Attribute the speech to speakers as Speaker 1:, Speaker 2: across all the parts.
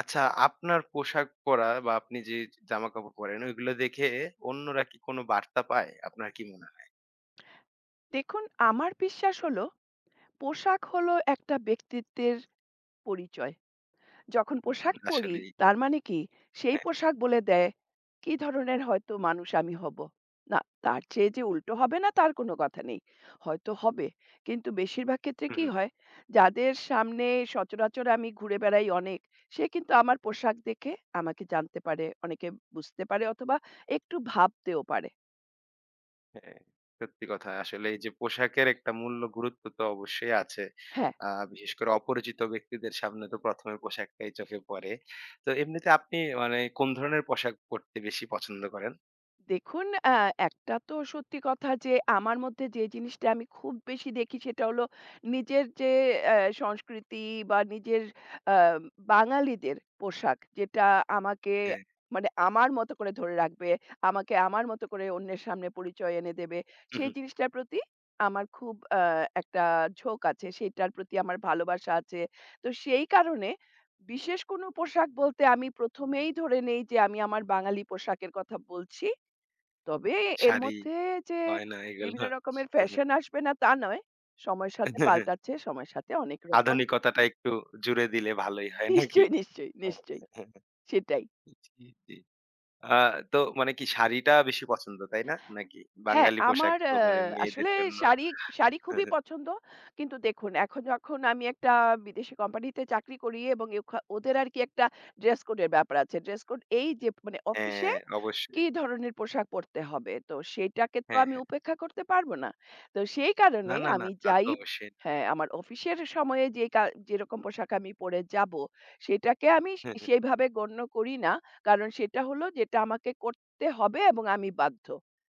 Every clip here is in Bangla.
Speaker 1: আচ্ছা, আপনার পোশাক পরা বা আপনি যে জামাকাপড় পরেন ওইগুলো দেখে অন্যরা কি কোনো বার্তা পায়? আপনার কি মনে হয়?
Speaker 2: দেখুন, আমার বিশ্বাস হলো পোশাক হলো একটা ব্যক্তিত্বের পরিচয়। যখন
Speaker 1: হুম।
Speaker 2: পোশাক পরি
Speaker 1: আসলেই
Speaker 2: তার মানে কি সেই
Speaker 1: হ্যাঁ,
Speaker 2: পোশাক বলে দেয় কি ধরনের হয়তো মানুষ আমি হব। না তার চেয়ে যে উল্টো হবে না তার কোনো কথা নেই। হয়তো হবে। কিন্তু বেশিরভাগ ক্ষেত্রে
Speaker 1: হু,
Speaker 2: কি
Speaker 1: হু,
Speaker 2: হয় যাদের সামনে সচরাচর আমি ঘুরে বেড়াই অনেক, সে কিন্তু আমার পোশাক দেখে আমাকে জানতে পারে, অনেকে বুঝতে পারে অথবা একটু ভাবতেও পারে।
Speaker 1: হ্যাঁ, সত্যি কথা। আসলে এই যে পোশাকের একটা মূল্য গুরুত্ব তো অবশ্যই আছে।
Speaker 2: হ্যাঁ।
Speaker 1: আ বিশেষ করে অপরিচিত ব্যক্তিদের সামনে তো ১ম এ পোশাকটাই চোখে পড়ে। তো এমনিতে আপনি মানে কোন ধরনের পোশাক পরতে বেশি পছন্দ করেন?
Speaker 2: দেখুন, একটা তো সত্যি কথা যে আমার মধ্যে যে জিনিসটা আমি খুব বেশি দেখি সেটা হলো নিজের যে অ্যা সংস্কৃতি বা নিজের আ বাঙালিদের পোশাক যেটা আমাকে
Speaker 1: হ্যাঁ,
Speaker 2: মানে আমার মতো করে ধরে রাখবে, আমাকে আমার মতো করে অন্যের সামনে পরিচয় এনে দেবে।
Speaker 1: হু, হু,
Speaker 2: সেই জিনিসটার প্রতি আমার খুব একটা ঝোঁক আছে। সেটার প্রতি আমার ভালোবাসা আছে। তো সেই কারণে বিশেষ কোনো পোশাক বলতে আমি প্রথম এই ধরে নেই যে আমি আমার বাঙালি পোশাকের কথা বলছি। তবে এর
Speaker 1: শাড়ি,
Speaker 2: মধ্যে যে
Speaker 1: গয়না এগুলো?
Speaker 2: বিভিন্ন রকমের
Speaker 1: হু, হু।
Speaker 2: ফ্যাশন আসবে না তা নয়। সময়ের সাথে পাল্টাচ্ছে, সময়ের সাথে অনেক রকম
Speaker 1: আধুনিকতাটা একটু জুড়ে দিলে ভালোই হয় নাকি?
Speaker 2: নিশ্চয়ই, নিশ্চয়ই,
Speaker 1: হ্যাঁ,
Speaker 2: নিশ্চয়ই।
Speaker 1: হ্যাঁ, হ্যাঁ।
Speaker 2: সেটাই।
Speaker 1: জি, জি। আ তো মানে কি শাড়িটা বেশি পছন্দ, তাই না? নাকি?
Speaker 2: হ্যাঁ,
Speaker 1: বাঙালি পোশাক
Speaker 2: আমার
Speaker 1: তো মানে মেয়েদের
Speaker 2: আসলে
Speaker 1: জন্য
Speaker 2: শাড়ি, শাড়ি খুবই পছন্দ। কিন্তু দেখুন এখন যখন আমি একটা বিদেশি কোম্পানিতে চাকরি করি এবং ওদের আরকি একটা ড্রেস কোডের ব্যাপার আছে। ড্রেস কোড এই যে মানে অফিসে
Speaker 1: হ্যাঁ, অবশ্যই।
Speaker 2: কি ধরনের পোশাক পরতে হবে? তো সেটাকে তো
Speaker 1: হ্যাঁ,
Speaker 2: আমি
Speaker 1: হ্যাঁ।
Speaker 2: উপেক্ষা করতে পারব না। তো সেই
Speaker 1: না,
Speaker 2: কারণে
Speaker 1: না, না,
Speaker 2: আমি
Speaker 1: তা তো
Speaker 2: যাই
Speaker 1: অবশ্যই।
Speaker 2: হ্যাঁ, আমার অফিসের সময়ে যে যেরকম পোশাক আমি পরে যাব, সেটাকে আমি
Speaker 1: হ্যাঁ,
Speaker 2: সেইভাবে গণ্য করি না। কারণ সেটা হলো যেটা আমাকে করতে হবে এবং আমি বাধ্য।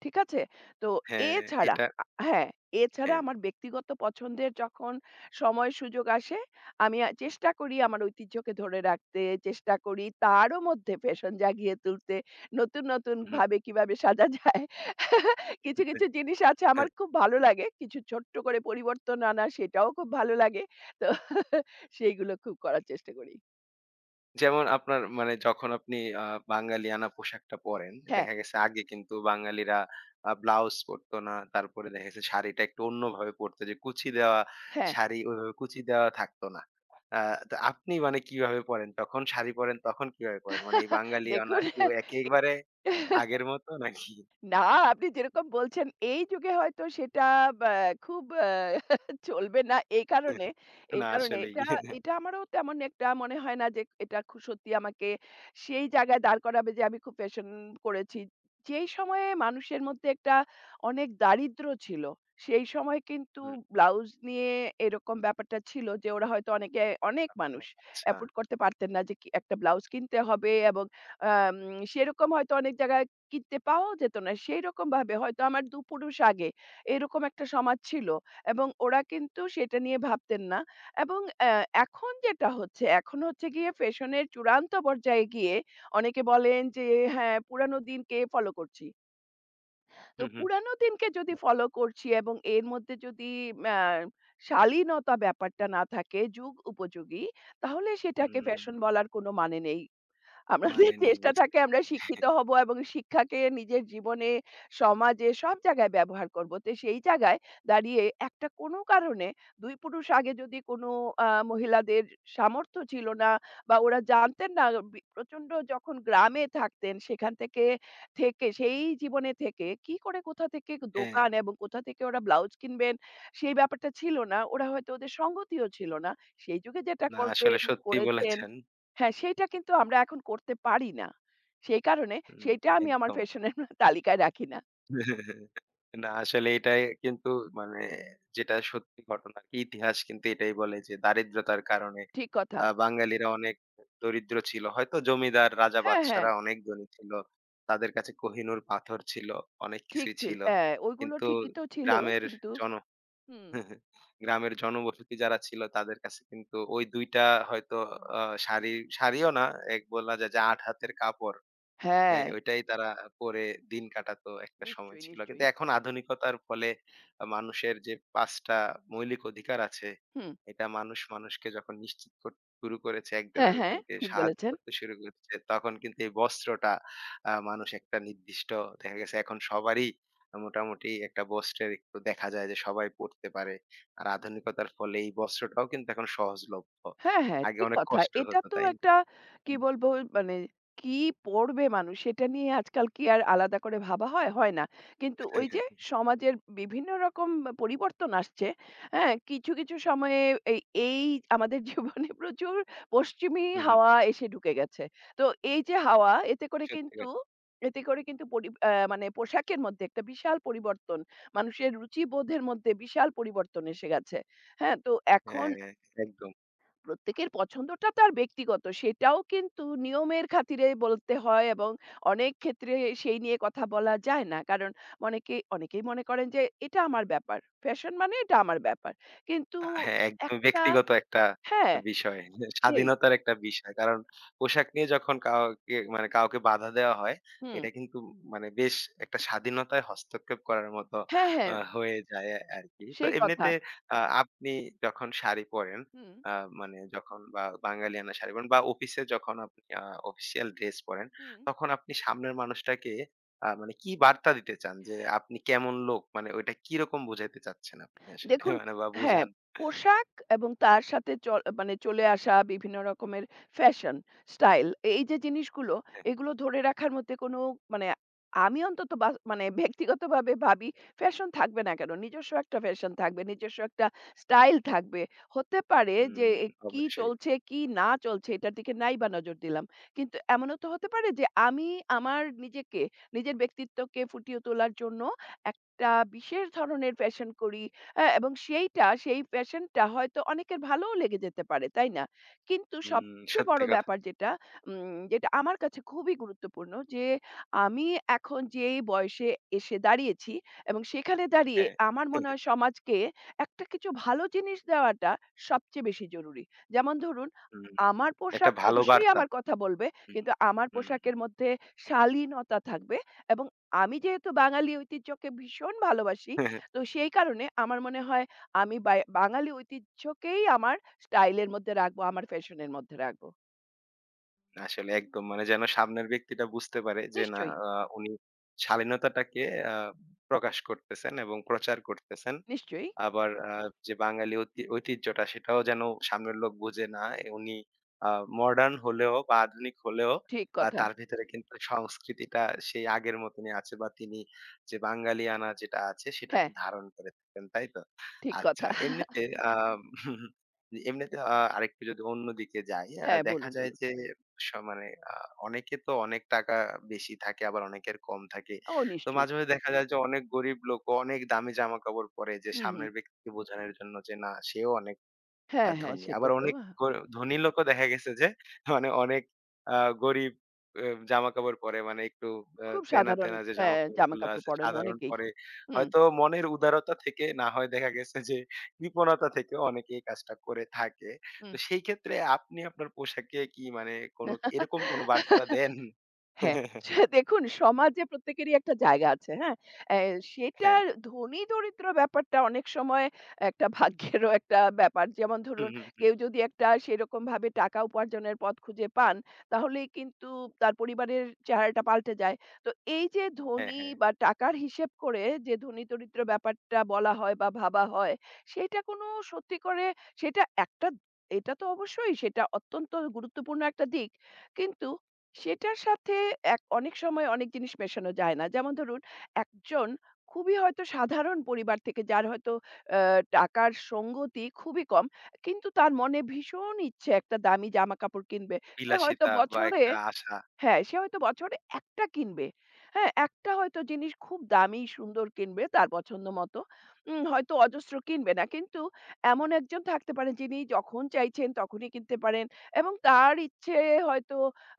Speaker 2: ঠিক আছে? তো
Speaker 1: হ্যাঁ,
Speaker 2: এছাড়া
Speaker 1: এটা
Speaker 2: হ্যাঁ, এছাড়া
Speaker 1: হ্যাঁ।
Speaker 2: আমার ব্যক্তিগত পছন্দের যখন সময় সুযোগ আসে, আমি চেষ্টা করি আমার ঐতিহ্যকে ধরে রাখতে, চেষ্টা করি তারও মধ্যে ফ্যাশন জাগিয়ে তুলতে, নতুন, নতুন
Speaker 1: হুম,
Speaker 2: ভাবে কিভাবে সাজা যায়। কিছু, কিছু জিনিস আছে
Speaker 1: হুম।
Speaker 2: আমার খুব ভালো লাগে। কিছু ছোট্ট করে পরিবর্তন আনা সেটাও খুব ভালো লাগে। তো সেইগুলো খুব করার চেষ্টা করি।
Speaker 1: যেমন আপনার মানে যখন আপনি আ বাঙালিয়ানা পোশাকটা পরেন,
Speaker 2: হ্যাঁ,
Speaker 1: দেখা গেছে আগে কিন্তু বাঙালিরা ব্লাউজ পরতো না। তারপরে দেখা গেছে শাড়িটা একটু অন্যভাবে পরতো যে কুচি দেওয়া
Speaker 2: হ্যাঁ,
Speaker 1: শাড়ি ওইভাবে কুচি দেওয়া থাকতো না। আ তো আপনি মানে কিভাবে পরেন? তখন শাড়ি পরেন, তখন কিভাবে পরেন? মানে এই বাঙালিয়ানা
Speaker 2: দেখুন
Speaker 1: কি একেবারে আগের মতো নাকি?
Speaker 2: না, আপনি যেরকম বলছেন এই যুগে হয়তো সেটা বা খুব চলবে না এই কারণে, এই
Speaker 1: না
Speaker 2: কারণে
Speaker 1: আসলেই।
Speaker 2: এটা এটা আমারও তেমন একটা মনে হয় না যে এটা সত্যি আমাকে সেই জায়গায় দাঁড় করাবে যে আমি খুব ফ্যাশন করেছি। যেই সময়ে মানুষের মধ্যে একটা অনেক দারিদ্র্য ছিল, সেই সময় কিন্তু
Speaker 1: হুম।
Speaker 2: ব্লাউজ নিয়ে এরকম ব্যাপারটা ছিল যে ওরা হয়তো অনেকে অনেক মানুষ
Speaker 1: আচ্ছা।
Speaker 2: এফোর্ড করতে পারতেন না যে কি একটা ব্লাউজ কিনতে হবে এবং আম সেরকম হয়তো অনেক জায়গায় কিনতে পাওয়াও যেত না। সেইরকমভাবে হয়তো আমার ২ পুরুষ আগে এরকম একটা সমাজ ছিল এবং ওরা কিন্তু সেটা নিয়ে ভাবতেন না এবং এখন যেটা হচ্ছে, এখন হচ্ছে গিয়ে ফ্যাশনের চূড়ান্ত পর্যায়ে গিয়ে অনেকে বলেন যে, "হ্যাঁ, পুরানো দিনকে ফলো করছি।" তো
Speaker 1: হুম, হুম।
Speaker 2: পুরানো দিনকে যদি ফলো করছি এবং এর মধ্যে যদি ম্যা শালীনতা ব্যাপারটা না থাকে, যুগ উপযোগী, তাহলে সেটাকে
Speaker 1: হুম,
Speaker 2: ফ্যাশন বলার কোনো মানে নেই। আমাদের
Speaker 1: মানে নেই
Speaker 2: চেষ্টা
Speaker 1: বুঝতে
Speaker 2: থাকে
Speaker 1: পেরে
Speaker 2: আমরা শিক্ষিত হব এবং শিক্ষাকে নিজের জীবনে, সমাজে সব জায়গায় ব্যবহার করব। তো সেই জায়গায় দাঁড়িয়ে একটা কোনো কারণে ২ পুরুষ আগে যদি কোনো মহিলাদের সামর্থ্য ছিল না বা ওরা জানতেন না প্রচণ্ড যখন গ্রামে থাকতেন সেখান থেকে, থেকে সেই জীবনে থেকে কি করে কোথা থেকে
Speaker 1: হ্যাঁ,
Speaker 2: দোকান এবং কোথা থেকে ওরা ব্লাউজ কিনবেন সেই ব্যাপারটা ছিল না। ওরা হয়তো ওদের সঙ্গতিও ছিল না। সেই যুগে যেটা
Speaker 1: না আসলে
Speaker 2: করবেন,
Speaker 1: সত্যি
Speaker 2: করেছেন
Speaker 1: বলেছেন।
Speaker 2: হ্যাঁ, সেইটা কিন্তু আমরা এখন করতে পারি না। সেই কারণে
Speaker 1: হুম,
Speaker 2: সেইটা আমি আমার
Speaker 1: একদম।
Speaker 2: ফ্যাশনের তালিকায় রাখি না।
Speaker 1: না আসলে এটাই কিন্তু মানে যেটা সত্যি ঘটনা আরকি ইতিহাস কিন্তু এটাই বলে যে দারিদ্রতার কারণে
Speaker 2: ঠিক কথা।
Speaker 1: বাঙালিরা অনেক দরিদ্র ছিল। হয়তো জমিদার রাজা
Speaker 2: হ্যাঁ, হ্যাঁ।
Speaker 1: বাদশারা অনেক ধনী ছিল। তাদের কাছে কোহিনূর পাথর ছিল, অনেক
Speaker 2: ঠিক
Speaker 1: কিছুই
Speaker 2: ছিল।
Speaker 1: ছিল।
Speaker 2: হ্যাঁ, ওইগুলো
Speaker 1: কিন্তু
Speaker 2: ঠিকই তো ছিল
Speaker 1: গ্রামের
Speaker 2: কিন্তু
Speaker 1: জন
Speaker 2: হুম।
Speaker 1: গ্রামের জনবসতি যারা ছিল তাদের কাছে কিন্তু ওই ২ টা হয়তো আ শাড়ি, শাড়িও না এক বলা যায় যে ৮ হাতের কাপড়
Speaker 2: হ্যাঁ,
Speaker 1: হ্যাঁ, ওইটাই তারা করে দিন কাটাতো একটা সময়
Speaker 2: নিশ্চয়ই,
Speaker 1: ছিল। কিন্তু
Speaker 2: নিশ্চয়ই।
Speaker 1: এখন আধুনিকতার ফলে মানুষের যে ৫ টা মৌলিক অধিকার আছে,
Speaker 2: হুম।
Speaker 1: এটা মানুষ মানুষকে যখন নিশ্চিত করতে শুরু করেছে, একজন
Speaker 2: হ্যাঁ, হ্যাঁ।
Speaker 1: আরেকজনকে
Speaker 2: ঠিক
Speaker 1: সাহায্য
Speaker 2: বলেছেন।
Speaker 1: করতে শুরু করেছে, তখন কিন্তু এই বস্ত্রটা মানুষ একটা নির্দিষ্ট দেখা গেছে এখন সবারই মোটামুটি একটা বস্ত্রের একটু দেখা যায় যে সবাই পড়তে পারে। আর আধুনিকতার ফলে এই বস্ত্রটাও কিন্তু এখন সহজলভ্য।
Speaker 2: হ্যাঁ, হ্যাঁ,
Speaker 1: আগে
Speaker 2: ঠিক
Speaker 1: অনেক
Speaker 2: কথা।
Speaker 1: কষ্ট
Speaker 2: এটা
Speaker 1: হতো,
Speaker 2: তো
Speaker 1: তাই না?
Speaker 2: একটা কি বলবো মানে কি পড়বে মানুষ সেটা নিয়ে আজকাল কি আর আলাদা করে ভাবা হয়? হয় না। কিন্তু ওই যে সমাজের বিভিন্ন রকম পরিবর্তন আসছে। হ্যাঁ? কিছু, কিছু সময়ে এই, এই আমাদের জীবনে প্রচুর পশ্চিমী
Speaker 1: হুম, হুম,
Speaker 2: হাওয়া এসে ঢুকে গেছে। তো এই যে হাওয়া এতে করে
Speaker 1: সত্যি
Speaker 2: কিন্তু
Speaker 1: কথা।
Speaker 2: এতে করে কিন্তু পরি আ মানে পোশাকের মধ্যে একটা বিশাল পরিবর্তন। মানুষের রুচিবোধের মধ্যে বিশাল পরিবর্তন এসে গেছে। হ্যাঁ? তো এখন
Speaker 1: হ্যাঁ, একদম।
Speaker 2: প্রত্যেকের পছন্দটা তার ব্যক্তিগত। সেটাও কিন্তু নিয়মের খাতিরে বলতে হয় এবং অনেক ক্ষেত্রে সেই নিয়ে কথা বলা যায় না। কারণ অনেকে অনেকেই মনে করেন যে এটা আমার ব্যাপার। ফ্যাশন মানে এটা আমার ব্যাপার। কিন্তু
Speaker 1: হ্যাঁ, একদম
Speaker 2: একটা
Speaker 1: ব্যক্তিগত একটা
Speaker 2: হ্যাঁ,
Speaker 1: বিষয়।
Speaker 2: সেই
Speaker 1: স্বাধীনতার একটা বিষয়। কারণ পোশাক নিয়ে যখন কাউকে মানে কাউকে বাধা দেওয়া হয়,
Speaker 2: হুম।
Speaker 1: এটা কিন্তু মানে বেশ একটা স্বাধীনতায় হস্তক্ষেপ করার মতো
Speaker 2: হ্যাঁ, হ্যাঁ,
Speaker 1: হয়ে যায় আরকি। তো
Speaker 2: সেই কথা।
Speaker 1: এমনিতে আপনি যখন শাড়ি পরেন,
Speaker 2: হুম,
Speaker 1: আ মানে যখন বা বাঙালিয়ানা শাড়ি পরেন বা অফিসে যখন আপনি অফিসিয়াল ড্রেস পরেন,
Speaker 2: হুম।
Speaker 1: তখন আপনি সামনের মানুষটাকে মানে কি বার্তা দিতে চান? যে আপনি কেমন লোক? মানে ওইটা কিরকম বুঝাইতে চাচ্ছেন আপনি আসলে?
Speaker 2: দেখুন
Speaker 1: মানে বা
Speaker 2: হ্যাঁ,
Speaker 1: বুঝান?
Speaker 2: পোশাক এবং তার সাথে মানে চলে আসা বিভিন্ন রকমের ফ্যাশন, স্টাইল এই যে জিনিসগুলো,
Speaker 1: হ্যাঁ,
Speaker 2: এগুলো ধরে রাখার মধ্যে কোনো মানে আমি অন্তত বা মানে ব্যক্তিগতভাবে ভাবি ফ্যাশন থাকবে না কেন? নিজস্ব একটা ফ্যাশন থাকবে, নিজস্ব একটা স্টাইল থাকবে। হতে পারে যে
Speaker 1: হুম,
Speaker 2: এ কি
Speaker 1: অবশ্যই।
Speaker 2: চলছে, কি না চলছে এটার দিকে নাই বা নজর দিলাম। কিন্তু এমনও তো হতে পারে যে আমি আমার নিজেকে, নিজের ব্যক্তিত্বকে ফুটিয়ে তোলার জন্য একটা বিশেষ ধরনের ফ্যাশন করি হ্যাঁ, এবং সেইটা সেই প্যাশনটা হয়তো অনেকের ভালোও লেগে যেতে পারে, তাই না? কিন্তু
Speaker 1: হুম,
Speaker 2: সবচেয়ে
Speaker 1: সত্যি
Speaker 2: বড়
Speaker 1: কথা।
Speaker 2: ব্যাপার যেটা, যেটা আমার কাছে খুবই গুরুত্বপূর্ণ যে আমি এখন যেই বয়সে এসে দাঁড়িয়েছি এবং সেখানে দাঁড়িয়ে
Speaker 1: হ্যাঁ।
Speaker 2: আমার মনে হয় সমাজকে একটা কিছু ভালো জিনিস দেওয়াটা সবচেয়ে বেশি জরুরি। যেমন ধরুন,
Speaker 1: হুম,
Speaker 2: আমার
Speaker 1: একটা
Speaker 2: পোশাক
Speaker 1: ভালো
Speaker 2: অবশ্যই
Speaker 1: বার্তা।
Speaker 2: আমার কথা বলবে,
Speaker 1: হুম,
Speaker 2: কিন্তু আমার
Speaker 1: হুম, হুম।
Speaker 2: পোশাকের মধ্যে শালীনতা থাকবে এবং আমি যেহেতু বাঙালি ঐতিহ্যকে ভীষণ ভালোবাসি তো সেই কারণে আমার মনে হয় আমি বাঙালি ঐতিহ্যকেই আমার স্টাইল এর মধ্যে রাখবো, আমার ফ্যাশন এর মধ্যে রাখবো।
Speaker 1: আসলে একদম মানে যেন সামনের ব্যক্তিটা বুঝতে পারে যে না
Speaker 2: নিশ্চয়ই,
Speaker 1: আ উনি শালীনতাটাকে আ প্রকাশ করতেছেন এবং প্রচার করতেছেন।
Speaker 2: নিশ্চয়ই।
Speaker 1: আবার যে বাঙালি ঐতিহ্যটা সেটাও যেন সামনের লোক বুঝে না। এ উনি আ মডার্ন হলেও বা আধুনিক হলেও
Speaker 2: ঠিক কথা।
Speaker 1: তার ভিতরে কিন্তু সংস্কৃতিটা সেই আগের মতনই আছে বা তিনি যে বাঙালিয়ানা যেটা আছে সেটাকে
Speaker 2: হ্যাঁ,
Speaker 1: ধারণ করে থাকেন, তাই তো?
Speaker 2: ঠিক
Speaker 1: আচ্ছা
Speaker 2: কথা।
Speaker 1: এমনিতে আ এমনিতে আরেকটু যদি অন্যদিকে যাই,
Speaker 2: হ্যাঁ,
Speaker 1: দেখা
Speaker 2: বলুন,
Speaker 1: যায়
Speaker 2: বলুন।
Speaker 1: যে মানে আ অনেকে তো অনেক টাকা বেশি থাকে আবার অনেকের কম থাকে।
Speaker 2: ও
Speaker 1: তো
Speaker 2: নিশ্চয়ই।
Speaker 1: মাঝে, মাঝে দেখা যায় যে অনেক গরিব লোকও অনেক দামি জামাকাপড় পরে যে
Speaker 2: হুম, হুম।
Speaker 1: সামনের ব্যক্তিকে বোঝানোর জন্য যে না সেও অনেক
Speaker 2: হ্যাঁ, হ্যাঁ,
Speaker 1: ধনী।
Speaker 2: সেটা
Speaker 1: আবার
Speaker 2: তো
Speaker 1: অনেক ধনী লোকও দেখা গেছে যে মানে অনেক আ গরিব অ জামাকাপড় পরে মানে একটু
Speaker 2: খুব
Speaker 1: তেনা,
Speaker 2: সাধারণ
Speaker 1: তেনা যে
Speaker 2: হ্যাঁ,
Speaker 1: জামাকাপড়গুলো
Speaker 2: জামাকাপড়
Speaker 1: আছে
Speaker 2: পরেন
Speaker 1: সাধারণ
Speaker 2: অনেকেই।
Speaker 1: পরে
Speaker 2: হুম,
Speaker 1: হয়তো মনের উদারতা থেকে না হয় দেখা গেছে যে কৃপণতা থেকে অনেকে এই কাজটা করে থাকে।
Speaker 2: হুম।
Speaker 1: তো সেই ক্ষেত্রে আপনি আপনার পোশাকে কি মানে কোনো এরকম কোনো বার্তা দেন?
Speaker 2: হ্যাঁ, সে দেখুন সমাজে প্রত্যেকেরই একটা জায়গা আছে, হ্যাঁ? অ্যা
Speaker 1: হ্যাঁ,
Speaker 2: সেটার
Speaker 1: হ্যাঁ।
Speaker 2: ধনী-দরিদ্র ব্যাপারটা অনেক সময় একটা ভাগ্যেরও একটা ব্যাপার। যেমন
Speaker 1: হুম,
Speaker 2: ধরুন
Speaker 1: হুম, হুম।
Speaker 2: কেউ যদি একটা সেরকমভাবে টাকা উপার্জনের পথ খুঁজে পান, তাহলেই কিন্তু তার পরিবারের চেহারাটা পাল্টে যায়। তো এই যে
Speaker 1: হ্যাঁ,
Speaker 2: ধনী
Speaker 1: হ্যাঁ।
Speaker 2: বা টাকার হিসেব করে যে ধনী-দরিদ্র ব্যাপারটা বলা হয় বা ভাবা হয়, সেটা কোনো সত্যি করে সেটা একটা এটা তো অবশ্যই সেটা অত্যন্ত গুরুত্বপূর্ণ একটা দিক। কিন্তু সেটার সাথে অনেক সময় অনেক জিনিস মেশানো যায় না। যেমন ধরুন একজন খুবই হয়তো সাধারণ পরিবার থেকে যার হয়তো আ টাকার সঙ্গতি খুবই কম। কিন্তু তার মনে ভীষণ ইচ্ছে একটা দামি জামাকাপড় কিনবে। সে হয়তো
Speaker 1: বিলাসিতা বা
Speaker 2: বছরে
Speaker 1: একটা আশা।
Speaker 2: হ্যাঁ, সে হয়তো বছরে ১ টা কিনবে। হ্যাঁ, একটা হয়তো জিনিস খুব দামি সুন্দর কিনবে তার পছন্দ মতো। হয়তো অজস্র কিনবে না। কিন্তু এমন একজন থাকতে পারেন যিনি যখন চাইছেন তখনই কিনতে পারেন এবং তার ইচ্ছে হয়তো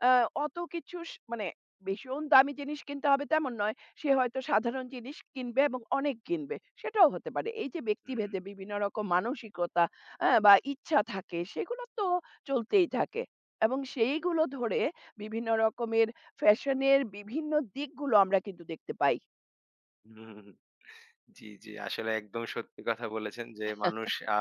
Speaker 2: আ অত কিছু মানে ভীষণ দামি জিনিস কিনতে হবে তেমন নয়। সে হয়তো সাধারণ জিনিস কিনবে এবং অনেক কিনবে। সেটাও হতে পারে। এই যে
Speaker 1: হুম।
Speaker 2: ব্যক্তিভেদে বিভিন্ন রকম মানসিকতা বা ইচ্ছা থাকে সেগুলো তো চলতেই থাকে এবং সেইগুলো ধরে বিভিন্ন রকমের ফ্যাশন এর বিভিন্ন দিকগুলো আমরা কিন্তু দেখতে পাই।
Speaker 1: হুম, হুম, হুম। জি, জি। আসলে একদম সত্যি কথা বলেছেন যে মানুষ আ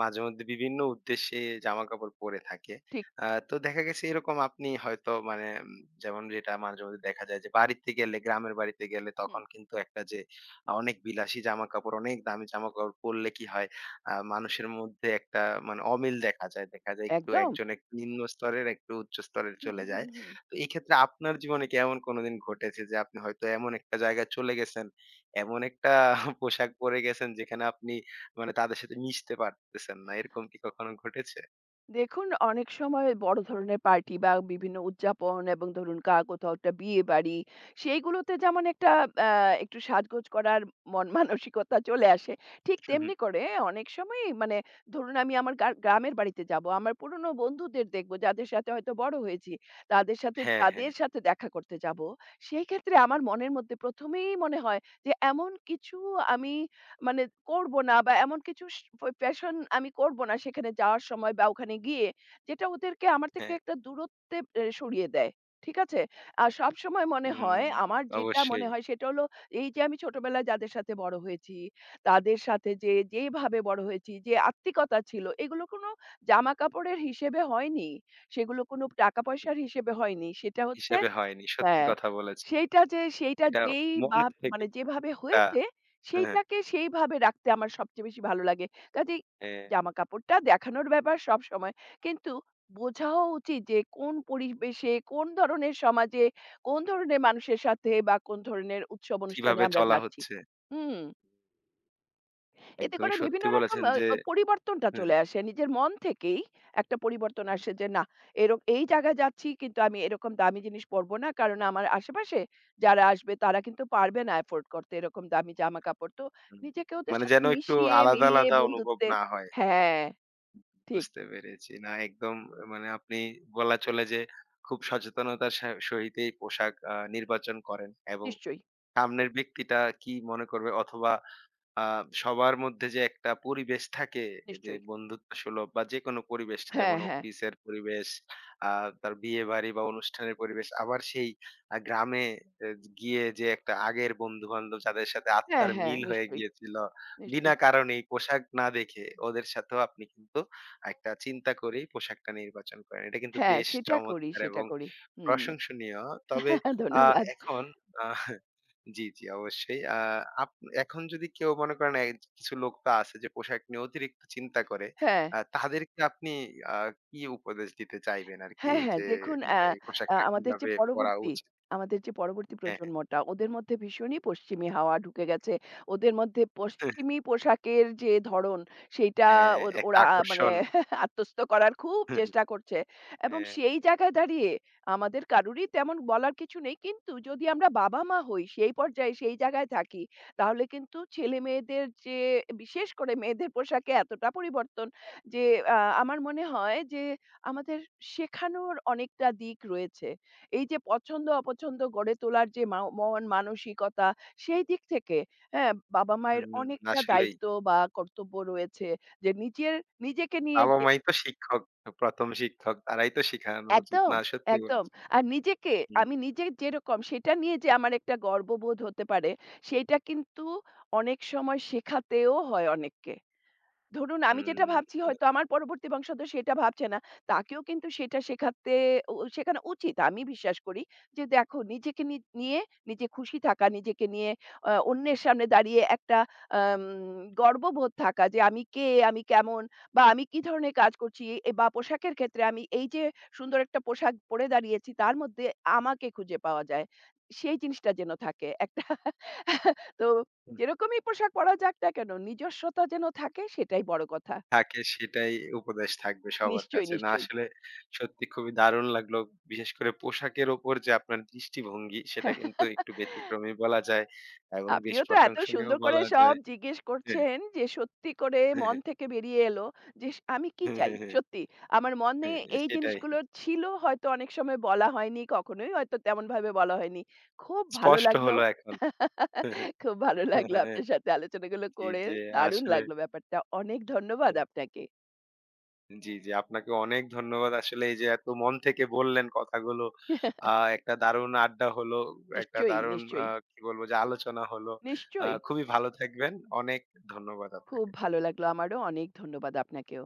Speaker 1: মাঝেমধ্যে বিভিন্ন উদ্দেশ্যে জামাকাপড় পরে থাকে।
Speaker 2: ঠিক
Speaker 1: তো দেখা গেছে এরকম আপনি হয়তো মানে যেমন যেটা মাঝেমধ্যে দেখা যায় যে বাড়িতে গেলে গ্রামের বাড়িতে গেলে
Speaker 2: হুম।
Speaker 1: তখন কিন্তু একটা যে অনেক বিলাসী জামাকাপড়, অনেক দামি জামাকাপড় পরলে কি হয় মানুষের মধ্যে একটা মানে অমিল দেখা যায়। দেখা যায় একটু
Speaker 2: একদম?
Speaker 1: একজন একটু নিম্ন স্তরের, একটু উচ্চ স্তরের
Speaker 2: হুম,
Speaker 1: চলে যায়।
Speaker 2: হুম, হুম।
Speaker 1: তো এক্ষেত্রে আপনার জীবনে কি এমন কোনদিন ঘটেছে যে আপনি হয়তো এমন একটা জায়গায় চলে গেছেন এমন একটা পোশাক পরে গেছেন যেখানে আপনি মানে তাদের সাথে মিশতে পারতেছেন না। এরকম কি কখনো ঘটেছে?
Speaker 2: দেখুন, অনেক সময় বড় ধরনের পার্টি বা বিভিন্ন উদযাপন এবং ধরুন কোথাও একটা বিয়েবাড়ি, সেইগুলোতে যেমন একটা আ একটু সাজগোজ করার মন মানসিকতা চলে আসে। ঠিক
Speaker 1: হুম,
Speaker 2: তেমনি করে অনেক সময়ই মানে ধরুন আমি আমার গ্রামের বাড়িতে যাবো। আমার পুরনো বন্ধুদের দেখবো যাদের সাথে হয়তো বড় হয়েছি।
Speaker 1: হ্যাঁ, হ্যাঁ,
Speaker 2: তাদের সাথে দেখা করতে যাবো। সেই ক্ষেত্রে আমার মনের মধ্যে প্রথম এই মনে হয় যে এমন কিছু আমি মানে করব না বা এমন কিছু প্যাশন আমি করব না সেখানে যাওয়ার সময় বা ওখানে গিয়ে, যেটা ওদেরকে আমার থেকে
Speaker 1: হ্যাঁ।
Speaker 2: একটা দূরত্বে সরিয়ে দেয়। ঠিক আছে? আর সবসময় মনে হয়
Speaker 1: উম
Speaker 2: আমার যেটা
Speaker 1: অবশ্যই
Speaker 2: মনে হয় সেটা হলো এই যে আমি ছোটবেলায় যাদের সাথে বড় হয়েছি, তাদের সাথে যে যেভাবে বড় হয়েছি, যে আত্মিকতা ছিল এগুলো কোনো জামাকাপড়ের হিসেবে হয়নি। সেগুলো কোনো টাকা
Speaker 1: হুম,
Speaker 2: পয়সার হিসেবে হয়নি। সেটা হচ্ছে
Speaker 1: হিসাবে হয়নি। সত্যি
Speaker 2: হ্যাঁ,
Speaker 1: কথা বলেছেন।
Speaker 2: সেইটা যে সেইটা
Speaker 1: এটা
Speaker 2: যেই বা
Speaker 1: মনের থেকে
Speaker 2: মানে যেভাবে
Speaker 1: একটা
Speaker 2: হয়েছে
Speaker 1: হ্যাঁ,
Speaker 2: সেইটাকে সেইভাবে রাখতে আমার সবচেয়ে বেশি ভালো লাগে। কাজেই
Speaker 1: হ্যাঁ,
Speaker 2: জামাকাপড়টা দেখানোর ব্যাপার সবসময়। কিন্তু বোঝাও উচিত যে কোন পরিবেশে, কোন ধরনের সমাজে, কোন ধরনের মানুষের সাথে বা কোন ধরনের উৎসব অনুষ্ঠানে
Speaker 1: কিভাবে
Speaker 2: আমরা
Speaker 1: চলা
Speaker 2: যাচ্ছি।
Speaker 1: হচ্ছে।
Speaker 2: হুম। এতে
Speaker 1: একদমই
Speaker 2: করে
Speaker 1: সত্যি
Speaker 2: বিভিন্ন রকম
Speaker 1: বলেছেন
Speaker 2: আ
Speaker 1: যে
Speaker 2: আ পরিবর্তনটা
Speaker 1: হুম,
Speaker 2: চলে আসে। নিজের মন থেকেই একটা পরিবর্তন
Speaker 1: হুম,
Speaker 2: আসে যে, না এই জায়গায় যাচ্ছি কিন্তু আমি এরকম দামি জিনিস পরবো না। কারণ আমার আশেপাশে যারা আসবে তারা কিন্তু পারবে না এফোর্ড করতে এরকম দামি জামাকাপড়। তো
Speaker 1: হুম, হুম।
Speaker 2: নিজেকে ওদের
Speaker 1: মানে
Speaker 2: সাথে
Speaker 1: যেন একটু
Speaker 2: মিশিয়ে
Speaker 1: আলাদা,
Speaker 2: মিলিয়ে
Speaker 1: আলাদা অনুভব
Speaker 2: বন্ধুত্বে
Speaker 1: না হয়।
Speaker 2: হ্যাঁ, ঠিক।
Speaker 1: বুঝতে পেরেছি। না একদম মানে আপনি বলা চলে যে খুব সচেতনতার সহিতই পোশাক নির্বাচন করেন এবং
Speaker 2: নিশ্চয়ই,
Speaker 1: সামনের ব্যক্তিটা কি মনে করবে অথবা আ সবার মধ্যে যে একটা পরিবেশ থাকে যে
Speaker 2: নিশ্চয়ই।
Speaker 1: বন্ধুত্ব সুলভ বা যেকোনো পরিবেশ
Speaker 2: হ্যাঁ,
Speaker 1: যেমন
Speaker 2: হ্যাঁ।
Speaker 1: অফিসের পরিবেশ, আ তার বিয়েবাড়ি বা অনুষ্ঠানের পরিবেশ আবার সেই গ্রামে এ গিয়ে যে একটা আগের বন্ধু-বান্ধব যাদের সাথে
Speaker 2: হ্যাঁ,
Speaker 1: আত্মার
Speaker 2: হ্যাঁ।
Speaker 1: মিল হয়ে
Speaker 2: নিশ্চয়ই,
Speaker 1: গিয়েছিল, বিনা
Speaker 2: নিশ্চয়ই।
Speaker 1: কারণেই পোশাক না দেখে ওদের সাথেও আপনি কিন্তু একটা চিন্তা করেই পোশাকটা নির্বাচন করেন। এটা কিন্তু
Speaker 2: হ্যাঁ,
Speaker 1: বেশ
Speaker 2: সেটা করি,
Speaker 1: চমৎকার
Speaker 2: সেটা
Speaker 1: এবং
Speaker 2: করি। হুম।
Speaker 1: প্রশংসনীয়। তবে আ
Speaker 2: ধন্যবাদ।
Speaker 1: এখন আ জি, জি, অবশ্যই। আ আপ এখন যদি কেউ মনে করেন এ কিছু লোক তো আছে যে পোশাক নিয়ে অতিরিক্ত চিন্তা করে।
Speaker 2: হ্যাঁ।
Speaker 1: তাদেরকে আপনি আ কি উপদেশ দিতে চাইবেন আরকি?
Speaker 2: হ্যাঁ, হ্যাঁ।
Speaker 1: যে
Speaker 2: দেখুন অ্যা
Speaker 1: মানে এই
Speaker 2: আ
Speaker 1: পোশাকটা কিভাবে পরা উচিত?
Speaker 2: আমাদের যে পরবর্তী
Speaker 1: হ্যাঁ,
Speaker 2: প্রজন্মটা ওদের মধ্যে ভীষণই পশ্চিমী হাওয়া ঢুকে গেছে। ওদের মধ্যে পশ্চিমী পোশাকের যে ধরন সেইটা
Speaker 1: হ্যাঁ, একটা
Speaker 2: ওরা মানে
Speaker 1: আকর্ষণ।
Speaker 2: আত্মস্থ করার খুব চেষ্টা করছে। এবং
Speaker 1: হ্যাঁ,
Speaker 2: সেই জায়গায় দাঁড়িয়ে আমাদের কারোরই তেমন বলার কিছু নেই। কিন্তু যদি আমরা বাবা-মা হই সেই পর্যায়ে সেই জায়গায় থাকি তাহলে কিন্তু ছেলেমেয়েদের যে বিশেষ করে মেয়েদের পোশাকে এতটা পরিবর্তন যে আমার মনে হয় যে আমাদের শেখানোর অনেকটা দিক রয়েছে। এই যে পছন্দ অপছন্দ গড়ে তোলার যে মন মানসিকতা সেই দিক থেকে হ্যাঁ, বাবা-মায়ের
Speaker 1: হুম,
Speaker 2: অনেকটা
Speaker 1: আসলেই।
Speaker 2: দায়িত্ব বা কর্তব্য রয়েছে যে নিজের নিজেকে নিয়ে যে
Speaker 1: বাবা-মাই তো শিক্ষক, ১ম শিক্ষক। তারাই তো শিখানো উচিত।
Speaker 2: একদম,
Speaker 1: না সত্যি
Speaker 2: একদম।
Speaker 1: বলেছেন।
Speaker 2: আর নিজেকে
Speaker 1: হুম,
Speaker 2: আমি নিজে যেরকম সেটা নিয়ে যে আমার একটা গর্ববোধ হতে পারে সেইটা কিন্তু অনেক সময় শেখাতেও হয় অনেককে। ধরুন আমি যেটা ভাবছি হয়তো আমার পরবর্তী বংশধর সেটা ভাবছে না। তাকেও কিন্তু সেটা শেখাতে শেখানো উচিত। আমি বিশ্বাস করি যে দেখো নিজেকে নিয়ে নিজে খুশি থাকা, নিজেকে নিয়ে অন্যের সামনে দাঁড়িয়ে একটা আম গর্ববোধ থাকা যে আমি কে, আমি কেমন বা আমি কি ধরনের কাজ করছি বা পোশাকের ক্ষেত্রে আমি এই যে সুন্দর একটা পোশাক পরে দাঁড়িয়েছি তার মধ্যে আমাকে খুঁজে পাওয়া যায়। সেই জিনিসটা যেন থাকে একটা তো
Speaker 1: হুম।
Speaker 2: যেরকমই পোশাক পরা যাক না কেন, নিজস্বতা যেন থাকে সেটাই বড় কথা।
Speaker 1: থাকে সেটাই উপদেশ থাকবে সবার
Speaker 2: নিশ্চয়ই,
Speaker 1: কাছে। না
Speaker 2: নিশ্চয়ই।
Speaker 1: আসলে সত্যি খুবই দারুণ লাগলো। বিশেষ করে পোশাকের উপর যে আপনার দৃষ্টিভঙ্গি সেটা কিন্তু একটু ব্যতিক্রমী বলা যায় এবং বেশ
Speaker 2: আপনিও তো এত
Speaker 1: প্রশংসনীয়
Speaker 2: সুন্দর করে
Speaker 1: বলা
Speaker 2: সব
Speaker 1: যায়।
Speaker 2: জিজ্ঞেস
Speaker 1: হ্যাঁ,
Speaker 2: করছেন যে সত্যি করে মন
Speaker 1: হ্যাঁ,
Speaker 2: থেকে বেরিয়ে এলো যে আমি কি
Speaker 1: হ্যাঁ,
Speaker 2: চাই?
Speaker 1: হ্যাঁ, হ্যাঁ,
Speaker 2: সত্যি আমার মনে
Speaker 1: হ্যাঁ,
Speaker 2: এই
Speaker 1: সেটাই
Speaker 2: জিনিসগুলো ছিল হয়তো অনেক সময় বলা হয়নি, কখনোই হয়তো তেমনভাবে বলা হয়নি। খুব ভালো
Speaker 1: স্পষ্ট
Speaker 2: লাগলো।
Speaker 1: হলো এখন। হ্যাঁ,
Speaker 2: খুব ভালো
Speaker 1: হ্যাঁ,
Speaker 2: লাগলো
Speaker 1: হ্যাঁ,
Speaker 2: আপনার সাথে আলোচনাগুলো
Speaker 1: জি,
Speaker 2: করে।
Speaker 1: যে
Speaker 2: দারুণ
Speaker 1: আসলে
Speaker 2: লাগলো ব্যাপারটা। অনেক ধন্যবাদ আপনাকে।
Speaker 1: জি, জি। আপনাকে অনেক ধন্যবাদ। আসলে এই যে এত মন থেকে বললেন কথাগুলো। আ একটা দারুণ আড্ডা হলো। একটা
Speaker 2: নিশ্চয়ই,
Speaker 1: দারুণ
Speaker 2: নিশ্চয়ই,
Speaker 1: কি বলবো যে আলোচনা হলো।
Speaker 2: নিশ্চয়ই।
Speaker 1: খুবই ভালো থাকবেন। অনেক ধন্যবাদ
Speaker 2: খুব
Speaker 1: আপনাকে।
Speaker 2: ভালো লাগলো আমারও। অনেক ধন্যবাদ আপনাকেও।